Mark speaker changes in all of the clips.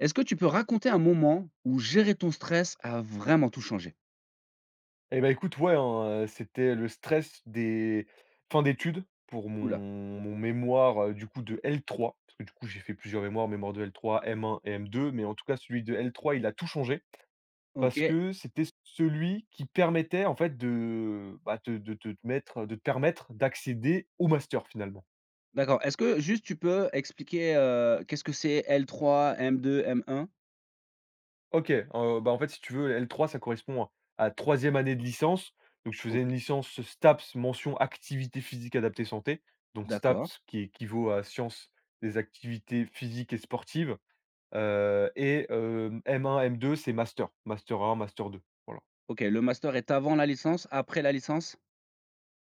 Speaker 1: Est-ce que tu peux raconter un moment où gérer ton stress a vraiment tout changé?
Speaker 2: Eh ben écoute, ouais, hein, c'était le stress des fins d'études pour
Speaker 1: Ouh,
Speaker 2: mon mémoire, du coup de L3, parce que du coup j'ai fait plusieurs mémoires, mémoire de L3, M1 et M2, mais en tout cas celui de L3 il a tout changé, parce
Speaker 1: OK,
Speaker 2: que c'était celui qui permettait en fait de, bah, de te permettre d'accéder au master finalement.
Speaker 1: d'accord. Est-ce que juste tu peux expliquer, qu'est-ce que c'est L3, M2, M1?
Speaker 2: OK, bah, en fait, si tu veux, L3, ça correspond à 3e année de licence. Donc je faisais
Speaker 1: OK,
Speaker 2: une licence STAPS mention activité physique adaptée santé. Donc
Speaker 1: d'accord.
Speaker 2: STAPS qui équivaut à sciences des activités physiques et sportives, et M1, M2, c'est master, master 1, master 2, voilà.
Speaker 1: OK, le master est avant la licence, après la licence?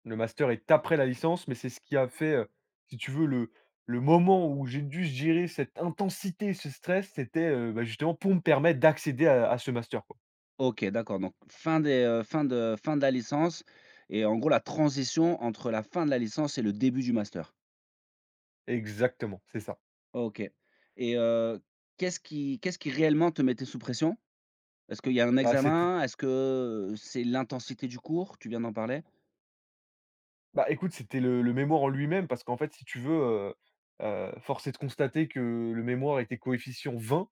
Speaker 2: Le master est après la licence, mais c'est ce qui a fait, si tu veux, le moment où j'ai dû gérer cette intensité, ce stress, c'était, bah, justement pour me permettre d'accéder à ce master, quoi.
Speaker 1: OK, d'accord, donc fin des, fin de la licence et en gros la transition entre la fin de la licence et le début du master.
Speaker 2: Exactement, c'est ça.
Speaker 1: OK et qu'est-ce qui réellement te mettait sous pression? Est-ce qu'il y a un
Speaker 2: Ah, c'était
Speaker 1: examen? Est-ce que, c'est l'intensité du cours? Tu viens d'en parler.
Speaker 2: Bah, écoute, c'était le mémoire en lui-même parce qu'en fait, si tu veux, heu force est de constater que le mémoire était coefficient 20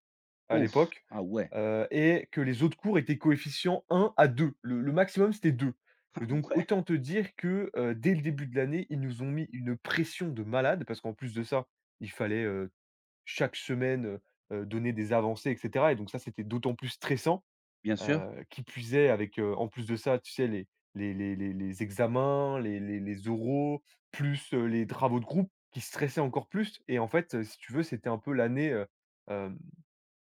Speaker 2: à
Speaker 1: Ouf!
Speaker 2: l'époque,
Speaker 1: Ah ouais,
Speaker 2: et que les autres cours étaient coefficient 1 à 2. Le maximum, c'était 2.
Speaker 1: ah
Speaker 2: Donc
Speaker 1: ouais,
Speaker 2: autant te dire que, dès le début de l'année, ils nous ont mis une pression de malade parce qu'en plus de ça, il fallait, chaque semaine, donner des avancées et cetera et donc ça, c'était d'autant plus stressant.
Speaker 1: bien sûr,
Speaker 2: Qui puisait avec, en plus de ça, tu sais les examens, les oraux, plus, les travaux de groupe qui stressaient encore plus et en fait, si tu veux, c'était un peu l'année, hem,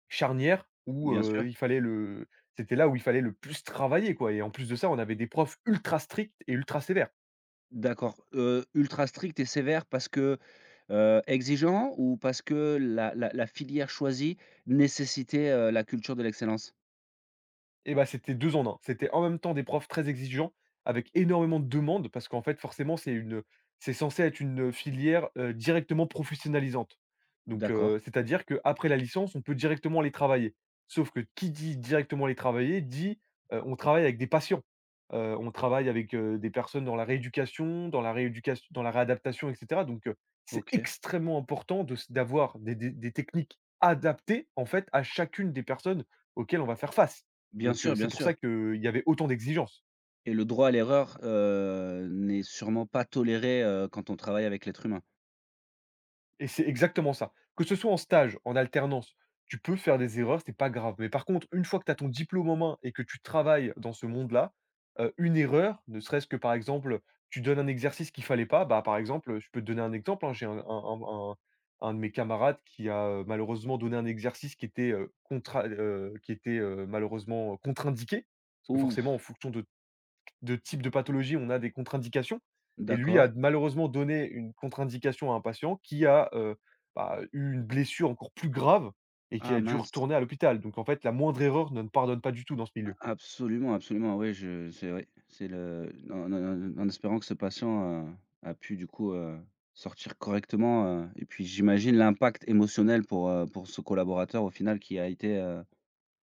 Speaker 2: charnière où,
Speaker 1: bien sûr.
Speaker 2: il fallait le c'était là où il fallait le plus travailler quoi et en plus de ça, on avait des profs ultra stricts et ultra sévères.
Speaker 1: D'accord, ultra strict et sévère parce que, exigeant ou parce que la filière choisie nécessitait, la culture de l'excellence?
Speaker 2: Et bah, c'était 2 en un. C'était en même temps des profs très exigeants, avec énormément de demandes, parce qu'en fait, forcément, c'est censé être une, filière, directement professionnalisante. Donc,
Speaker 1: D'accord,
Speaker 2: c'est-à-dire qu'après la licence, on peut directement aller travailler. Sauf que qui dit directement aller travailler dit, on travaille avec des patients. On travaille avec, des personnes dans la rééducation, dans la réadaptation et cetera. Donc, c'est
Speaker 1: OK.
Speaker 2: extrêmement important de s d'avoir des techniques adaptées, en fait, à chacune des personnes auxquelles on va faire face.
Speaker 1: Bien
Speaker 2: Donc
Speaker 1: sûr,
Speaker 2: c'est
Speaker 1: bien
Speaker 2: pour
Speaker 1: sûr,
Speaker 2: ça qu'il y avait autant d'exigences
Speaker 1: et le droit à l'erreur, n'est sûrement pas toléré, quand on travaille avec l'être humain?
Speaker 2: et c'est exactement ça. Que ce soit en stage, en alternance, tu peux faire des erreurs, c'est pas grave. Mais par contre, une fois que tu as ton diplôme en main et que tu travailles dans ce monde-là, une erreur, ne serait-ce que, par exemple, tu donnes un exercice qu'il fallait pas, bah, par exemple, je peux te donner un exemple, hein. J'ai un de mes camarades qui a, malheureusement donné un exercice qui était, contra qui était, malheureusement, contre-indiqué. Parce que
Speaker 1: Ouf!
Speaker 2: forcément, en fonction de type de pathologie, on a des contre-indications et lui a
Speaker 1: D'accord.
Speaker 2: malheureusement donné une contre-indication à un patient qui a, bah, eu une blessure encore plus grave et qui
Speaker 1: Ah,
Speaker 2: a dû
Speaker 1: mince.
Speaker 2: retourner à l'hôpital. Donc en fait, la moindre erreur ne pardonne pas du tout dans ce milieu.
Speaker 1: Absolument, absolument, oui, je c'est oui, c'est le en espérant que ce patient, a pu du coup, sortir correctement, et puis j'imagine l'impact émotionnel pour ce collaborateur au final qui a été,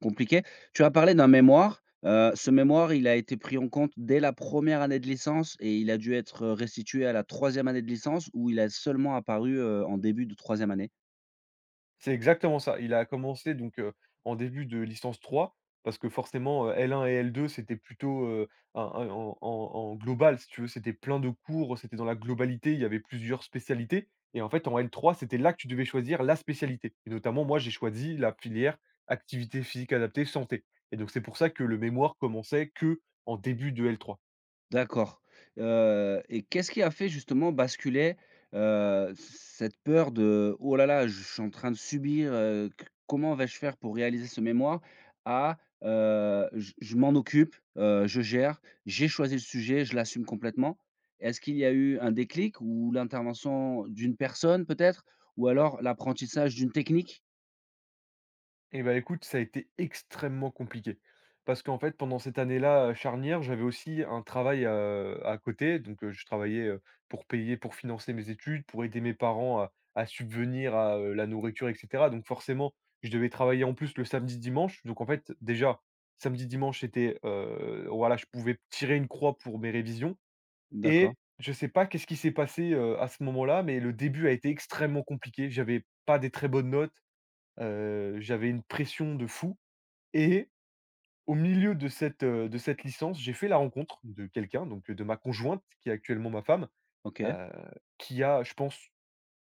Speaker 1: compliqué. Tu as parlé d'un mémoire, ce mémoire, il a été pris en compte dès la première année de licence et il a dû être restitué à la troisième année de licence où il a seulement apparu, en début de troisième année?
Speaker 2: C'est exactement ça. Il a commencé donc, en début de licence 3 parce que forcément, L1 et L2 c'était plutôt, un en global si tu veux, c'était plein de cours, c'était dans la globalité, il y avait plusieurs spécialités et en fait en L3 c'était là que tu devais choisir la spécialité et notamment moi j'ai choisi la filière activité physique adaptée santé et donc c'est pour ça que le mémoire commençait que en début de L3.
Speaker 1: D'accord, et qu'est-ce qui a fait justement basculer, c cette peur de: «Oh là là, je suis en train de subir, c comment vais-je faire pour réaliser ce mémoire?» à, «Je m'en occupe, je gère, j'ai choisi le sujet, je l'assume complètement». Est-ce qu'il y a eu un déclic ou l'intervention d'une personne peut-être? Ou alors l'apprentissage d'une technique?
Speaker 2: Eh ben écoute, ça a été extrêmement compliqué. Parce qu'en fait, pendant cette année-là, charnière, j'avais aussi un travail, à côté. Donc, je travaillais, pour payer, pour financer mes études, pour aider mes parents à subvenir à, la nourriture et cetera. Donc forcément, je devais travailler en plus le samedi, dimanche. Donc en fait, déjà, samedi, dimanche, c'était, voilà, je pouvais tirer une croix pour mes révisions
Speaker 1: D'accord,
Speaker 2: et je sais pas qu'est-ce qui s'est passé, à ce moment-là, mais le début a été extrêmement compliqué. J'avais pas des très bonnes notes. J'avais une pression de fou et au milieu de cette licence, j'ai fait la rencontre de quelqu'un, donc de ma conjointe, qui est actuellement ma femme,
Speaker 1: OK,
Speaker 2: heu, qui a, je pense,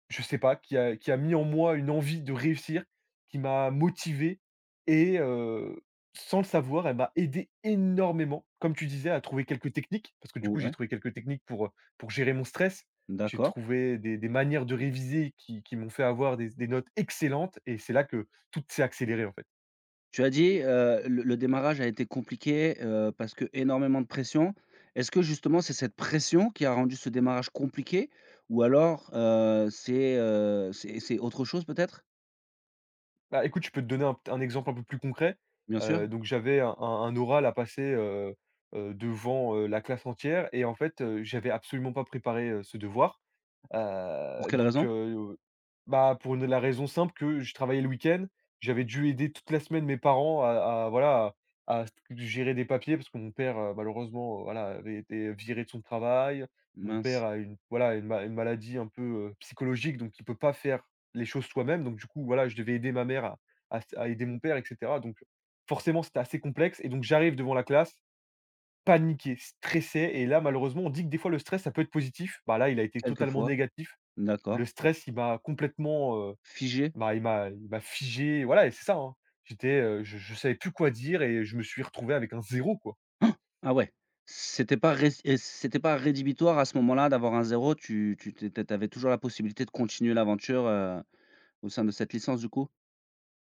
Speaker 2: je sais pas, qui a mis en moi une envie de réussir, qui m'a motivé et sans le savoir, elle m'a aidé énormément, comme tu disais, à trouver quelques techniques, parce que du coup, j'ai
Speaker 1: ouais,
Speaker 2: trouvé quelques techniques pour gérer mon stress. J'ai
Speaker 1: d'accord.
Speaker 2: trouvé des manières de réviser qui m'ont fait avoir des notes excellentes et c'est là que tout s'est accéléré, en fait.
Speaker 1: Tu as dit, le démarrage a été compliqué, parce que énormément de pression. Est-ce que justement c'est cette pression qui a rendu ce démarrage compliqué? Ou alors, c'est, c'est autre chose peut-être?
Speaker 2: Bah, écoute, je peux te donner un exemple un peu plus concret.
Speaker 1: Bien sûr.
Speaker 2: Donc j'avais un oral à passer, devant, la classe entière et en fait, j'avais absolument pas préparé, ce devoir.
Speaker 1: Pour
Speaker 2: Heu,
Speaker 1: quelle
Speaker 2: donc
Speaker 1: raison?
Speaker 2: heu, bah, pour une la raison simple que je travaillais le week-end, j'avais dû aider toute la semaine mes parents à voilà, à gérer des papiers parce que mon père, malheureusement, voilà, avait été viré de son travail. Mon père
Speaker 1: Mince,
Speaker 2: a une voilà, une ma une maladie un peu, psychologique, donc il peut pas faire les choses soi-même. Donc du coup, voilà, je devais aider ma mère à aider mon père et cetera. Donc forcément, c'était assez complexe et donc j'arrive devant la classe, paniqué, stressé et là, malheureusement, on dit que des fois le stress, ça peut être positif. Bah, là, il a été totalement
Speaker 1: quelquefois.
Speaker 2: négatif.
Speaker 1: D'accord.
Speaker 2: Le stress, il m'a complètement,
Speaker 1: Figé?
Speaker 2: m'a il m'a il m'a figé, voilà et c'est ça, hein. J'étais, je savais plus quoi dire et je me suis retrouvé avec un zéro, quoi.
Speaker 1: Ah ah ouais. C'était pas rédhibitoire à ce moment-là d'avoir un zéro. Tu toujours la possibilité de continuer l'aventure, au sein de cette licence du coup?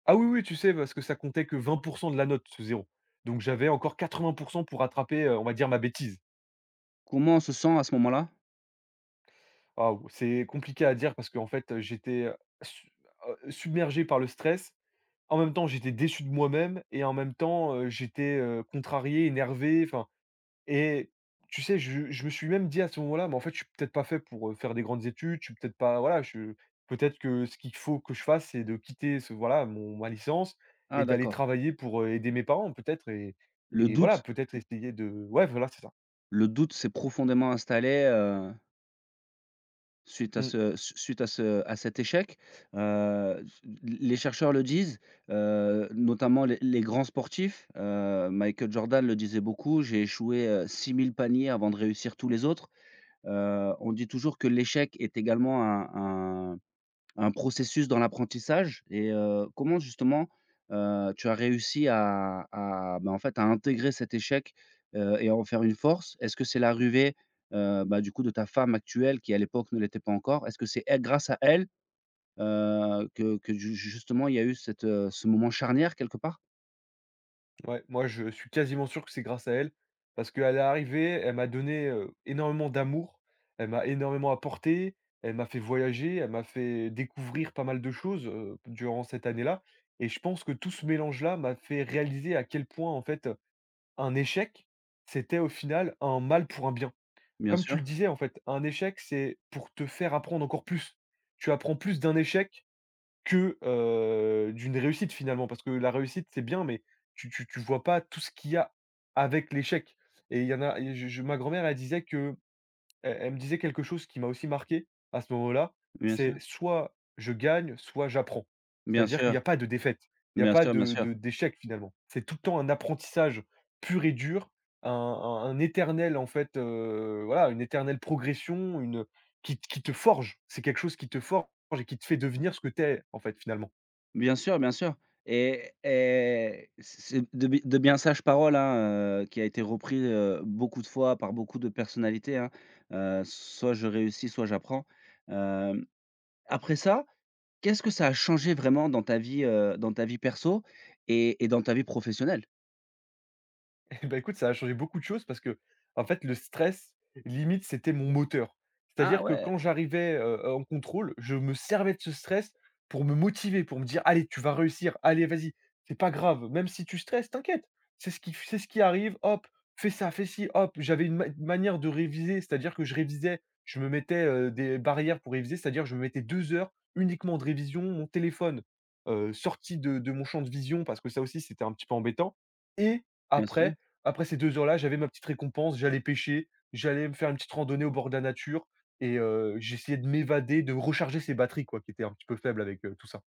Speaker 2: Ah oui, oui, tu sais, parce que ça comptait que 20 de la note, ce zéro. Donc j'avais encore 80% pour rattraper, on va dire ma bêtise.
Speaker 1: Comment on se sent à ce moment-là?
Speaker 2: Waouh, c'est compliqué à dire parce qu'en fait, j'étais, su submergé par le stress. En même temps, j'étais déçu de moi-même et en même temps, j'étais, contrarié, énervé, enfin. Et tu sais, je me suis même dit à ce moment-là : « Mais en fait, je suis peut-être pas fait pour, faire des grandes études, je suis peut-être pas », voilà, je peut-être que ce qu'il faut que je fasse, c'est de quitter ce voilà, mon ma licence et
Speaker 1: Ah,
Speaker 2: d'aller
Speaker 1: d'accord.
Speaker 2: travailler pour, aider mes parents peut-être et
Speaker 1: Le
Speaker 2: et voilà,
Speaker 1: doute?
Speaker 2: peut-être essayer de ouais, voilà, c'est ça.
Speaker 1: Le doute s'est profondément installé, suite à
Speaker 2: Mmh.
Speaker 1: ce su suite à ce à cet échec. Heu, les chercheurs le disent, notamment les grands sportifs, Michael Jordan le disait beaucoup: «J'ai échoué, 6 000 paniers avant de réussir tous les autres». On dit toujours que l'échec est également un un processus dans l'apprentissage, et comment justement, tu as réussi à, bah, en fait, à intégrer cet échec, et à en faire une force? Est-ce que c'est l'arrivée, bah, du coup de ta femme actuelle qui à l'époque ne l'était pas encore? Est-ce que c'est elle, grâce à elle, que ju justement il y a eu cette, ce moment charnière quelque part?
Speaker 2: Ouais, moi je suis quasiment sûr que c'est grâce à elle, parce qu'à l'arrivée, elle m'a donné, énormément d'amour, elle m'a énormément apporté, elle m'a fait voyager, elle m'a fait découvrir pas mal de choses, durant cette année-là et je pense que tout ce mélange-là m'a fait réaliser à quel point, en fait, un échec, c'était au final un mal pour un bien.
Speaker 1: Bien
Speaker 2: Comme tu
Speaker 1: sûr,
Speaker 2: le disais, en fait, un échec, c'est pour te faire apprendre encore plus. Tu apprends plus d'un échec que, d'une réussite finalement. Parce que la réussite, c'est bien, mais tu vois pas tout ce qu'il y a avec l'échec et il y en a et je ma grand-mère, elle disait que elle me disait quelque chose qui m'a aussi marqué à ce moment-là,
Speaker 1: bien
Speaker 2: c'est
Speaker 1: sûr,
Speaker 2: soit je gagne, soit j'apprends.
Speaker 1: bien
Speaker 2: C'est-à-dire qu'il
Speaker 1: sûr,
Speaker 2: n'y a pas de défaite, il n'y a
Speaker 1: bien
Speaker 2: pas
Speaker 1: sûr, bien
Speaker 2: de
Speaker 1: sûr.
Speaker 2: de d'échec finalement. C'est tout le temps un apprentissage pur et dur, un éternel en fait, voilà, une éternelle progression, une qui te forge. C'est quelque chose qui te forge et qui te fait devenir ce que tu es en fait, finalement.
Speaker 1: Bien sûr, bien sûr, et c'est de b de bien sages paroles, hein, qui a été repris, beaucoup de fois par beaucoup de personnalités, hein. Soit je réussis, soit j'apprends. Hem, Après ça, qu'est-ce que ça a changé vraiment dans ta vie perso et dans ta vie professionnelle?
Speaker 2: Et bah, écoute, ça a changé beaucoup de choses parce que en fait, le stress, limite, c'était mon moteur.
Speaker 1: Ah
Speaker 2: C'est-à-dire que
Speaker 1: ouais,
Speaker 2: quand j'arrivais, en contrôle, je me servais de ce stress pour me motiver, pour me dire : « Allez, tu vas réussir, allez, vas-y, c'est pas grave, même si tu stresses, t'inquiète, c'est ce qui arrive, hop, fais ça, fais ci, hop ». J'avais une ma manière de réviser, c'est-à-dire que je révisais, je me mettais, des barrières pour réviser, c'est-à-dire je me mettais 2 heures uniquement de révision, mon téléphone, sorti de mon champ de vision parce que ça aussi, c'était un petit peu embêtant. Et
Speaker 1: bien sûr.
Speaker 2: après après ces 2 heures-là, j'avais ma petite récompense, j'allais pêcher, j'allais me faire une petite randonnée au bord de la nature et j'essayais de m'évader, de recharger ces batteries quoi, qui étaient un petit peu faibles avec, tout ça.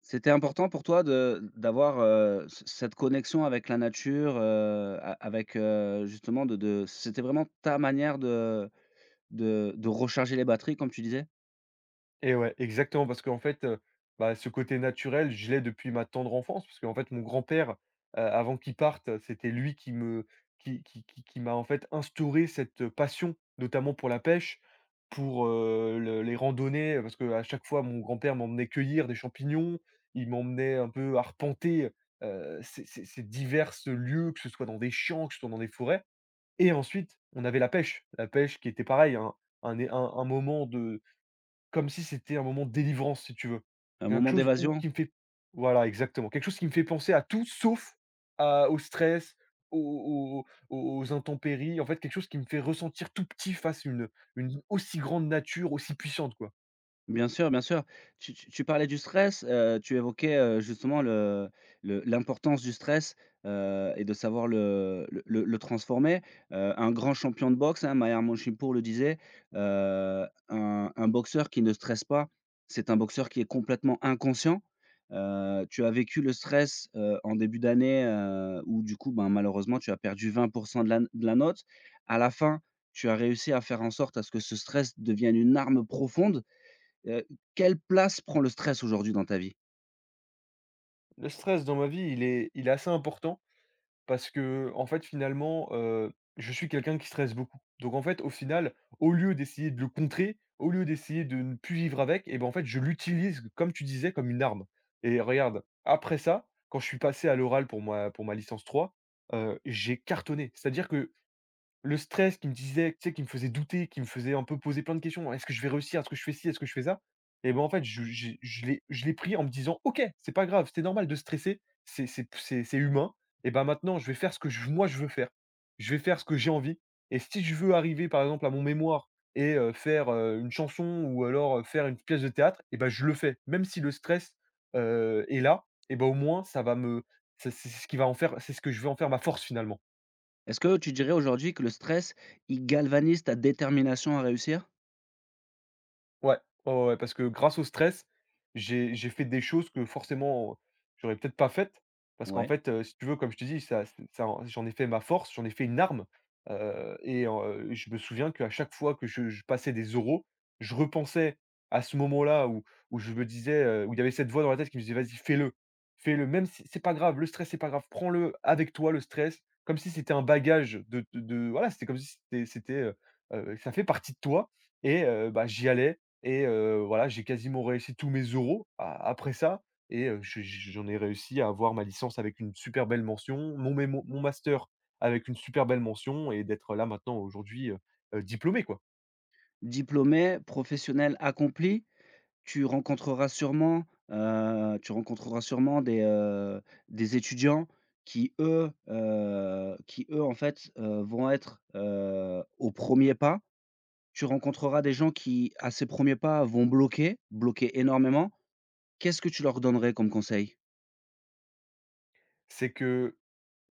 Speaker 1: C'était important pour toi de d'avoir, c cette connexion avec la nature, a avec, justement de c'était vraiment ta manière de recharger les batteries comme tu disais?
Speaker 2: Et ouais, exactement, parce qu'en fait, bah, ce côté naturel, je l'ai depuis ma tendre enfance, parce qu'en fait, mon grand-père, avant qu'il parte, c'était lui qui me qui m'a, en fait, instauré cette passion, notamment pour la pêche, pour, le les randonnées. Parce que à chaque fois, mon grand-père m'emmenait cueillir des champignons, il m'emmenait un peu arpenter, ces diverses lieux, que ce soit dans des champs, que ce soit dans des forêts et ensuite, on avait la pêche. La pêche qui était pareil, un é un moment de, comme si c'était un moment de délivrance, si tu veux.
Speaker 1: Un
Speaker 2: Quelque
Speaker 1: moment
Speaker 2: chose où
Speaker 1: d'évasion?
Speaker 2: qui me fait voilà, exactement. Quelque chose qui me fait penser à tout sauf à au stress, aux aux intempéries. En fait, quelque chose qui me fait ressentir tout petit face à une aussi grande nature, aussi puissante, quoi.
Speaker 1: Bien sûr, bien sûr. Tu parlais du stress, tu évoquais, justement le l'importance du stress, et de savoir le transformer. Un grand champion de boxe, hein, Maher Monchipour le disait, un boxeur qui ne stresse pas, c'est un boxeur qui est complètement inconscient. Tu as vécu le stress, en début d'année, où du coup, ben, malheureusement, tu as perdu 20 de la note. À la fin, tu as réussi à faire en sorte à ce que ce stress devienne une arme profonde. Heu, Quelle place prend le stress aujourd'hui dans ta vie?
Speaker 2: Le stress dans ma vie, il est assez important. Parce que en fait, finalement, je suis quelqu'un qui stresse beaucoup. Donc en fait, au final, au lieu d'essayer de le contrer, au lieu d'essayer de ne plus vivre avec, et ben, en fait, je l'utilise, comme tu disais, comme une arme. Et regarde, après ça, quand je suis passé à l'oral pour ma licence 3, j'ai cartonné. C'est-à-dire que le stress qui me disait, tu sais, qui me faisait douter, qui me faisait un peu poser plein de questions: «Est-ce que je vais réussir? Est-ce que je fais ci? Est-ce que je fais ça?» Et ben, en fait, je l'ai pris en me disant: «OK, c'est pas grave, c'est normal de stresser, c'est humain et ben, maintenant je vais faire ce que je veux faire. Je vais faire ce que j'ai envie et si je veux arriver par exemple à mon mémoire et faire, une chanson ou alors, faire une pièce de théâtre, et ben je le fais». Même si le stress, est là, et ben au moins ça va me, c'est ce qui va en faire, c'est ce que je vais en faire ma force finalement.
Speaker 1: Est-ce que tu dirais aujourd'hui que le stress, il galvanise ta détermination à réussir?
Speaker 2: Ouais, ouais, parce que grâce au stress, j'ai fait des choses que forcément, j'aurais peut-être pas faites. Parce qu'en
Speaker 1: Ouais.
Speaker 2: fait, si tu veux, comme je te dis, ça c ça en j'en ai fait ma force, j'en ai fait une arme, je me souviens qu'à chaque fois que je passais des euros, je repensais à ce moment-là où je me disais, où il y avait cette voix dans la tête qui me disait: «Vas-y, fais-le, fais-le, même si c'est pas grave, le stress, c'est pas grave, prends-le avec toi, le stress», comme si c'était un bagage de voilà, c'était comme si c'était, ça fait partie de toi. Et bah, j'y allais et voilà, j'ai quasiment réussi tous mes euros a après ça. Et je j'en ai réussi à avoir ma licence avec une super belle mention, mon master avec une super belle mention, et d'être là maintenant aujourd'hui, diplômé quoi.
Speaker 1: Diplômé, professionnel accompli, tu rencontreras sûrement, tu rencontreras sûrement des étudiants qui eux en fait, vont être, aux premiers pas. Tu rencontreras des gens qui, à ces premiers pas, vont bloquer, bloquer énormément. Qu'est-ce que tu leur donnerais comme conseil?
Speaker 2: C'est que,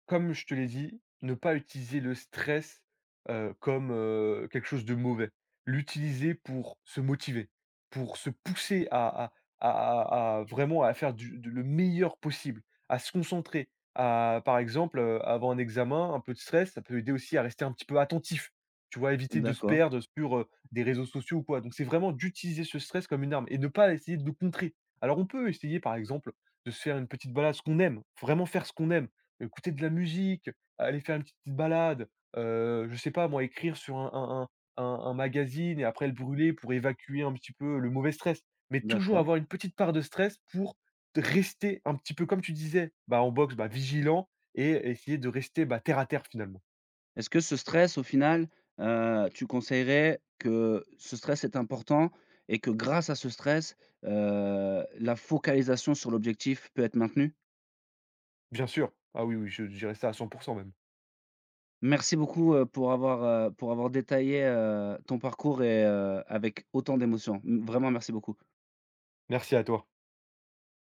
Speaker 2: comme je te l'ai dit, ne pas utiliser le stress, comme, quelque chose de mauvais. L'utiliser pour se motiver, pour se pousser à vraiment à faire du de le meilleur possible, à se concentrer, à, par exemple, avant un examen, un peu de stress, ça peut aider aussi à rester un petit peu attentif, tu vois? Éviter de se
Speaker 1: D'accord,
Speaker 2: perdre sur, des réseaux sociaux ou quoi. Donc c'est vraiment d'utiliser ce stress comme une arme et ne pas essayer de le contrer. Alors on peut essayer par exemple de se faire une petite balade, ce qu'on aime, vraiment faire ce qu'on aime, écouter de la musique, aller faire une petite balade, je sais pas moi, écrire sur un magazine et après le brûler pour évacuer un petit peu le mauvais stress. Mais toujours
Speaker 1: d'accord.
Speaker 2: avoir une petite part de stress pour rester un petit peu, comme tu disais, bah, en boxe, bah, vigilant et essayer de rester, bah, terre à terre finalement.
Speaker 1: Est-ce que ce stress au final, tu conseillerais que ce stress est important et que grâce à ce stress, la focalisation sur l'objectif peut être maintenue?
Speaker 2: Bien sûr, ah oui, oui, je dirais ça à 100% même.
Speaker 1: Merci beaucoup, pour avoir détaillé, ton parcours et avec autant d'émotion. M vraiment merci beaucoup.
Speaker 2: Merci à toi.